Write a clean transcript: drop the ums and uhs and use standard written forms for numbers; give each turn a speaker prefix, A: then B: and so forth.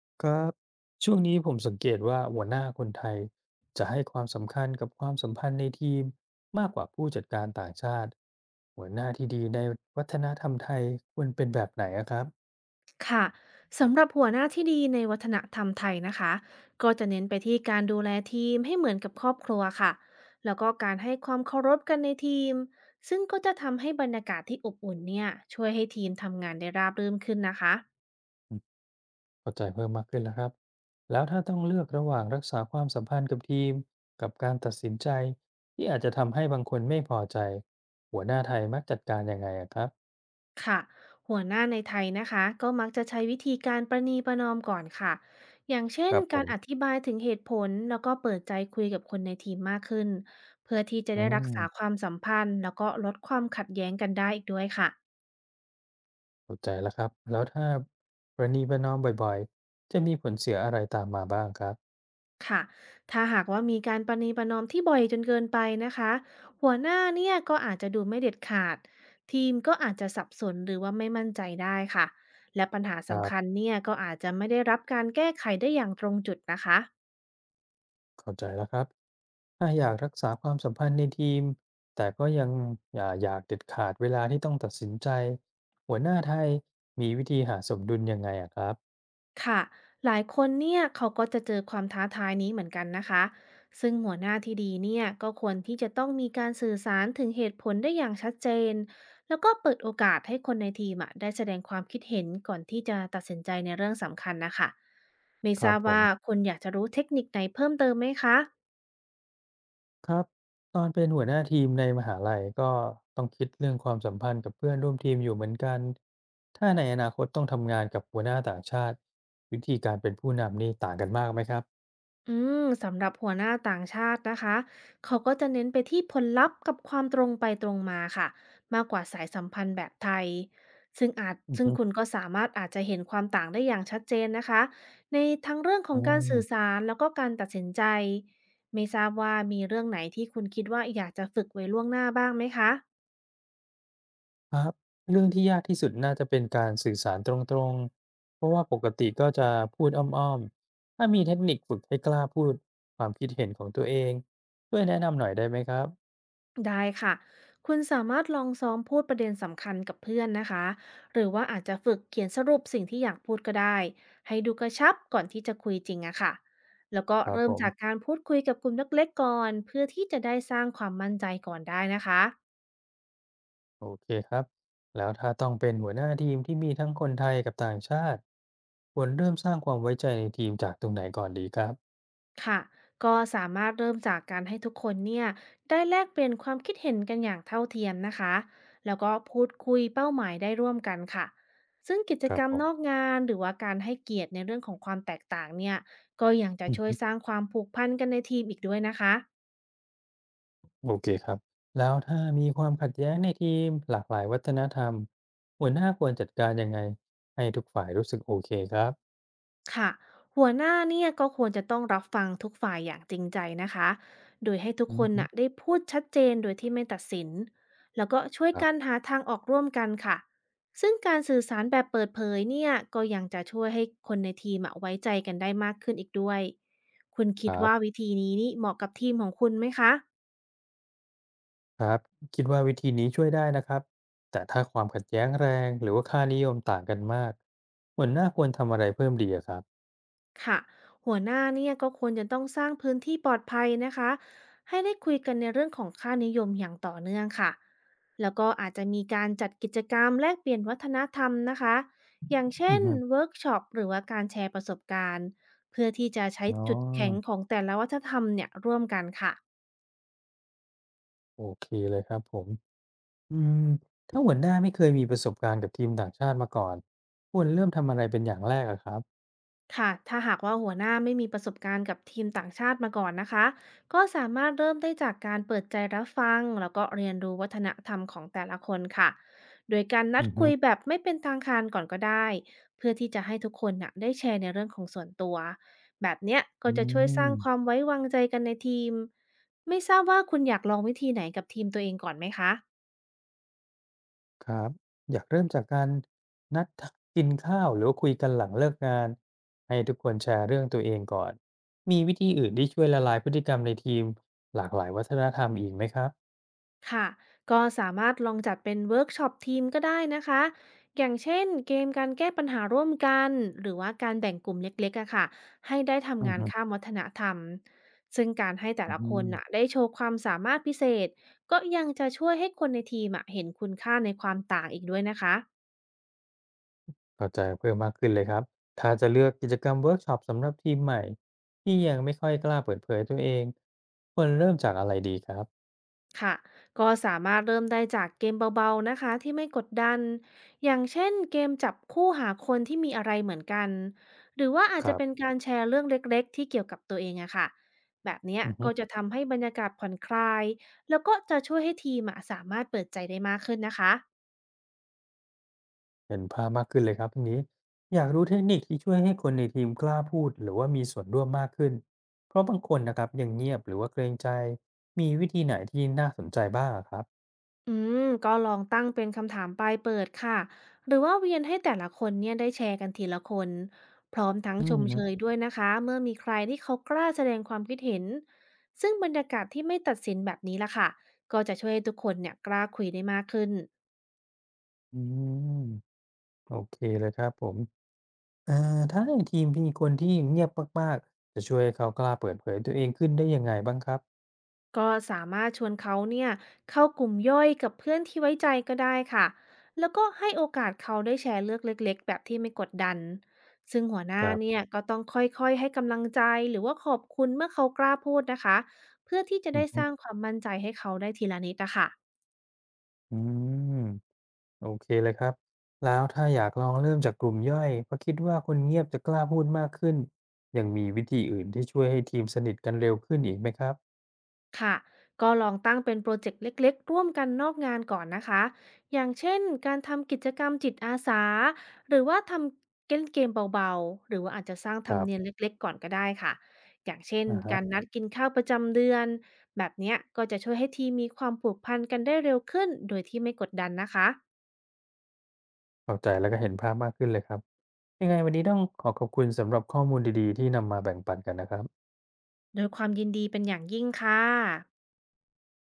A: ครับช่วงนี้ผมสังเกตว่าหัวหน้าคนไทยจะให้ความสำคัญกับความสัมพันธ์ในทีมมากกว่าผู้จัดการต่างชาติหัวหน้าที่ดีในวัฒนธรรมไทยควรเป็นแบบไหนอะครับ
B: ค่ะสำหรับหัวหน้าที่ดีในวัฒนธรรมไทยนะคะ ก็จะเน้นไปที่การดูแลทีมให้เหมือนกับครอบครัวค่ะ แล้วก็การให้ความเคารพกันในทีมซึ่งก็จะทำให้บรรยากาศที่อบอุ่นเนี่ยช่วยให้ทีมทำงานได้ราบรื่นขึ้นนะคะ
A: เข้าใจเพิ่มมากขึ้นแล้วครับแล้วถ้าต้องเลือกระหว่างรักษาความสัมพันธ์กับทีมกับการตัดสินใจที่อาจจะทำให้บางคนไม่พอใจหัวหน้าไทยมักจัดการยังไงอะครับ
B: ค่ะหัวหน้าในไทยนะคะก็มักจะใช้วิธีการประนีประนอมก่อนค่ะอย่างเช่
A: ค
B: น
A: รับผ
B: กา
A: ม
B: รอธิบายถึงเหตุผลแล้วก็เปิดใจคุยกับคนในทีมมากขึ้นเพื่อที่จะ
A: อื
B: ได้รักษาค
A: ม
B: วามสัมพันธ์แล้วก็ลดความขัดแย้งกันได้อีกด้วยค่ะ
A: เข้าใจแล้วครับแล้วถ้าประนีประนอมบ่อยๆจะมีผลเสียอะไรตามมาบ้างครับ
B: ค่ะถ้าหากว่ามีการประนีประนอมที่บ่อยจนเกินไปนะคะหัวหน้าเนี่ยก็อาจจะดูไม่เด็ดขาดทีมก็อาจจะสับสนหรือว่าไม่มั่นใจได้ค่ะและปัญหา
A: ครั
B: สำคัญ
A: บ
B: เนี่ยก็อาจจะไม่ได้รับการแก้ไขได้อย่างตรงจุดนะคะ
A: เข้าใจแล้วครับถ้าอยากรักษาความสัมพันธ์ในทีมแต่ก็ยังอย่าอยากเด็ดขาดเวลาที่ต้องตัดสินใจหัวหน้าไทยมีวิธีหาสมดุลยังไงอะครับ
B: ค่ะหลายคนเนี่ยเขาก็จะเจอความท้าทายนี้เหมือนกันนะคะซึ่งหัวหน้าที่ดีเนี่ยก็ควรที่จะต้องมีการสื่อสารถึงเหตุผลได้อย่างชัดเจนแล้วก็เปิดโอกาสให้คนในทีมอะได้แสดงความคิดเห็นก่อนที่จะตัดสินใจในเรื่องสำคัญนะคะไม่
A: ค
B: ท
A: รั
B: รา
A: บ
B: บ
A: ผม
B: ว่าคุณอยากจะรู้เทคนิคไหนเพิ่มเติมไหมคะ
A: ครับตอนเป็นหัวหน้าทีมในมหาลัยก็ต้องคิดเรื่องความสัมพันธ์กับเพื่อนร่วมทีมอยู่เหมือนกันถ้าในอนาคตต้องทำงานกับหัวหน้าต่างชาติวิธีการเป็นผู้นำนี่ต่างกันมากไหมครับ
B: อืมสำหรับหัวหน้าต่างชาตินะคะ เขาก็จะเน้นไปที่ผลลัพธ์กับความตรงไปตรงมาค่ะมากกว่าสายสัมพันธ์แบบไทยซึ่งคุณก็สามารถอาจจะเห็นความต่างได้อย่างชัดเจนนะคะในทั้งเรื่องขอ
A: อ
B: งการสื่
A: า
B: อสารแล้วก็การตัดสินใจ ไม่ทราบว่ามีเรื่องไหนที่คุณคิดว่าอยากจะฝึกไว้ล่วงหน้าบ้างไหมคะ
A: ครับเรื่องที่ยากที่สุดน่าจะเป็นการสื่อสารตรงๆเพราะว่าปกติก็จะพูดอ้อมๆถ้ามีเทคนิคฝึกให้กล้าพูดความคิดเห็นของตัวเองช่วยแนะนำหน่อยได้ไหมครับ
B: ได้ค่ะ คุณสามารถลองซ้อมพูดประเด็นสำคัญกับเพื่อนนะคะ หรือว่าอาจจะฝึกเขียนสรุปสิ่งที่อยากพูดก็ได้ ให้ดูกระชับก่อนที่จะคุยจริงอะค่ะแล้วก็
A: ครับ
B: เริ่
A: ผ
B: ม
A: ม
B: จากการพูดคุยกับกลุ่มเล็กๆก่อนเพื่อที่จะได้สร้างความมั่นใจก่อนได้นะคะ
A: โอเคครับแล้วถ้าต้องเป็นหัวหน้าทีมที่มีทั้งคนไทยกับต่างชาติควรเริ่มสร้างความไว้ใจในทีมจากตรงไหนก่อนดีครับ
B: ค่ะก็สามารถเริ่มจากการให้ทุกคนเนี่ยได้แลกเปลี่ยนความคิดเห็นกันอย่างเท่าเทียมนะคะ แล้วก็พูดคุยเป้าหมายได้ร่วมกันค่ะ ซึ่งกิจ
A: ครั
B: ก
A: บ
B: รร
A: ผ
B: ม
A: ม
B: นอกงานหรือว่าการให้เกียรติในเรื่องของความแตกต่างเนี่ย ก็ยังจะ
A: อือ
B: ช่วย
A: ฮึ
B: สร้างความผูกพันกันในทีมอีกด้วยนะคะ
A: โอเคครับแล้วถ้ามีความขัดแย้งในทีมหลากหลายวัฒนธรรมหัวหน้าควรจัดการยังไงให้ทุกฝ่ายรู้สึกโอเคครับ
B: ค่ะหัวหน้าเนี่ยก็ควรจะต้องรับฟังทุกฝ่ายอย่างจริงใจนะคะโดยให้ทุก
A: อื
B: ค
A: อ
B: น
A: ฮึ
B: น่ะได้พูดชัดเจนโดยที่ไม่ตัดสินแล้วก็ช่วย
A: ครั
B: กัน
A: บ
B: หาทางออกร่วมกันค่ะซึ่งการสื่อสารแบบเปิดเผยเนี่ยก็ยังจะช่วยให้คนในทีมอะไว้ใจกันได้มากขึ้นอีกด้วยคุณ
A: ค
B: คิด
A: รั
B: ว่า
A: บ
B: วิธีนี้นี่เหมาะกับทีมของคุณไหมคะ
A: ครับคิดว่าวิธีนี้ช่วยได้นะครับแต่ถ้าความขัดแย้งแรงหรือว่าค่านิยมต่างกันมากหัวหน้าควรทำอะไรเพิ่มดีอะครับ
B: ค่ะหัวหน้าเนี่ยก็ควรจะต้องสร้างพื้นที่ปลอดภัยนะคะให้ได้คุยกันในเรื่องของค่านิยมอย่างต่อเนื่องค่ะแล้วก็อาจจะมีการจัดกิจกรรมแลกเปลี่ยนวัฒนธรรมนะคะอย่างเช่
A: อือ
B: น
A: ฮึ
B: เวิร์กช็อปหรือว่าการแชร์ประสบการณ์เพื่อที่จะใช้
A: อ๋อ
B: จุดแข็งของแต่ละวัฒนธรรมเนี่ยร่วมกันค่ะ
A: โอเคเลยครับผมอืมถ้าหัวหน้าไม่เคยมีประสบการณ์กับทีมต่างชาติมาก่อนควรเริ่มทำอะไรเป็นอย่างแรกอะครับ
B: ค่ะถ้าหากว่าหัวหน้าไม่มีประสบการณ์กับทีมต่างชาติมาก่อนนะคะ ก็สามารถเริ่มได้จากการเปิดใจรับฟังแล้วก็เรียนรู้วัฒนธรรมของแต่ละคนค่ะ โดยการนัด
A: อือฮึ
B: คุยแบบไม่เป็นทางการก่อนก็ได้ เพื่อที่จะให้ทุกคนน่ะได้แชร์ในเรื่องของส่วนตัว แบบเนี้ย
A: อื
B: ก็จะช่วยสร้า
A: ม
B: งความไว้วางใจกันในทีม ไม่ทราบว่าคุณอยากลองวิธีไหนกับทีมตัวเองก่อนไหมคะ
A: ครับอยากเริ่มจากการนัดกินข้าวหรือว่าคุยกันหลังเลิกงานให้ทุกคนแชร์เรื่องตัวเองก่อนมีวิธีอื่นที่ช่วยละลายพฤติกรรมในทีมหลากหลายวัฒนธรรมอีกไหมครับ
B: ค่ะ ก็สามารถลองจัดเป็นเวิร์กช็อปทีมก็ได้นะคะ อย่างเช่นเกมการแก้ปัญหาร่วมกัน หรือว่าการแบ่งกลุ่มเล็กๆอะค่ะให้ได้
A: อื
B: ทำ
A: อ
B: งาน
A: ฮึ
B: ข้ามวัฒนธรรม ซึ่งการให้แต่
A: อื
B: ละคน
A: ม
B: น่ะได้โชว์ความสามารถพิเศษ ก็ยังจะช่วยให้คนในทีมอะเห็นคุณค่าในความต่างอีกด้วยนะคะ
A: เข้าใจเพิ่มมากขึ้นเลยครับถ้าจะเลือกกิจกรรมเวิร์กช็อปสำหรับทีมใหม่ที่ยังไม่ค่อยกล้าเปิดเผยตัวเองควรเริ่มจากอะไรดีครับ
B: ค่ะก็สามารถเริ่มได้จากเกมเบาๆนะคะที่ไม่กดดันอย่างเช่นเกมจับคู่หาคนที่มีอะไรเหมือนกันหรือว่าอาจ
A: ค
B: จะ
A: รั
B: เป็น
A: บ
B: การแชร์เรื่องเล็กๆที่เกี่ยวกับตัวเองอะค่ะแบบเนี้ย
A: อื
B: ก็
A: อ
B: จะทำให้บรรยากาศผ่อนคลายแล้วก็จะช่วยให้ทีมอะสามารถเปิดใจได้มากขึ้นนะคะ
A: เห็นภาพมากขึ้นเลยครับตรงนี้อยากรู้เทคนิคที่ช่วยให้คนในทีมกล้าพูดหรือว่ามีส่วนร่วมมากขึ้นเพราะบางคนนะครับยังเงียบหรือว่าเกรงใจมีวิธีไหนที่น่าสนใจบ้างอะครับ
B: อืมก็ลองตั้งเป็นคำถามปลายเปิดค่ะหรือว่าเวียนให้แต่ละคนเนี่ยได้แชร์กันทีละคนพร้อมทั้ง
A: อื
B: ช
A: ม
B: ม
A: ฮึ
B: เชยด้วยนะคะเมื่อมีใครที่เขากล้าแสดงความคิดเห็นซึ่งบรรยากาศที่ไม่ตัดสินแบบนี้ล่ะค่ะก็จะช่วยให้ทุกคนเนี่ยกล้าคุยได้มากขึ้น
A: อืมโอเคเลยครับผมอ่าถ้าในทีมมีคนที่เงียบมากๆจะช่วยให้เขากล้าเปิดเผยตัวเองขึ้นได้ยังไงบ้างครับ
B: ก็สามารถชวนเขาเนี่ยเข้ากลุ่มย่อยกับเพื่อนที่ไว้ใจก็ได้ค่ะแล้วก็ให้โอกาสเขาได้แชร์เลือกเล็กๆแบบที่ไม่กดดันซึ่งหัวห
A: ค
B: น้า
A: รั
B: เนี่ย
A: บ
B: ก็ต้องค่อยๆให้กำลังใจหรือว่าขอบคุณเมื่อเขากล้าพูดนะคะเพื่อที่จะ
A: อืม
B: ได้
A: ฮึ
B: สร้างความมั่นใจให้เขาได้ทีละนิดนะคะ
A: อืม โอเคเลยครับแล้วถ้าอยากลองเริ่มจากกลุ่มย่อยเพราะคิดว่าคนเงียบจะกล้าพูดมากขึ้น ยังมีวิธีอื่นที่ช่วยให้ทีมสนิทกันเร็วขึ้นอีกไหมครับ
B: ค่ะ ก็ลองตั้งเป็นโปรเจกต์เล็กๆร่วมกันนอกงานก่อนนะคะอย่างเช่นการทำกิจกรรมจิตอาสาหรือว่าทำเล่นเกมเบาๆหรือว่าอาจจะสร้างธ
A: ค
B: รรม
A: รั
B: เนียม
A: บ
B: เล็กๆก่อนก็ได้ค่ะอย่างเช่น
A: อาฮะ
B: การนัดกินข้าวประจำเดือน แบบเนี้ยก็จะช่วยให้ทีมมีความผูกพันกันได้เร็วขึ้น โดยที่ไม่กดดันนะคะ
A: เข้าใจแล้วก็เห็นภาพมากขึ้นเลยครับยังไงวันนี้ต้องขอขอบคุณสำหรับข้อมูลดีๆที่นำมาแบ่งปันกันนะครับ
B: โดยความยินดีเป็นอย่างยิ่งค่ะ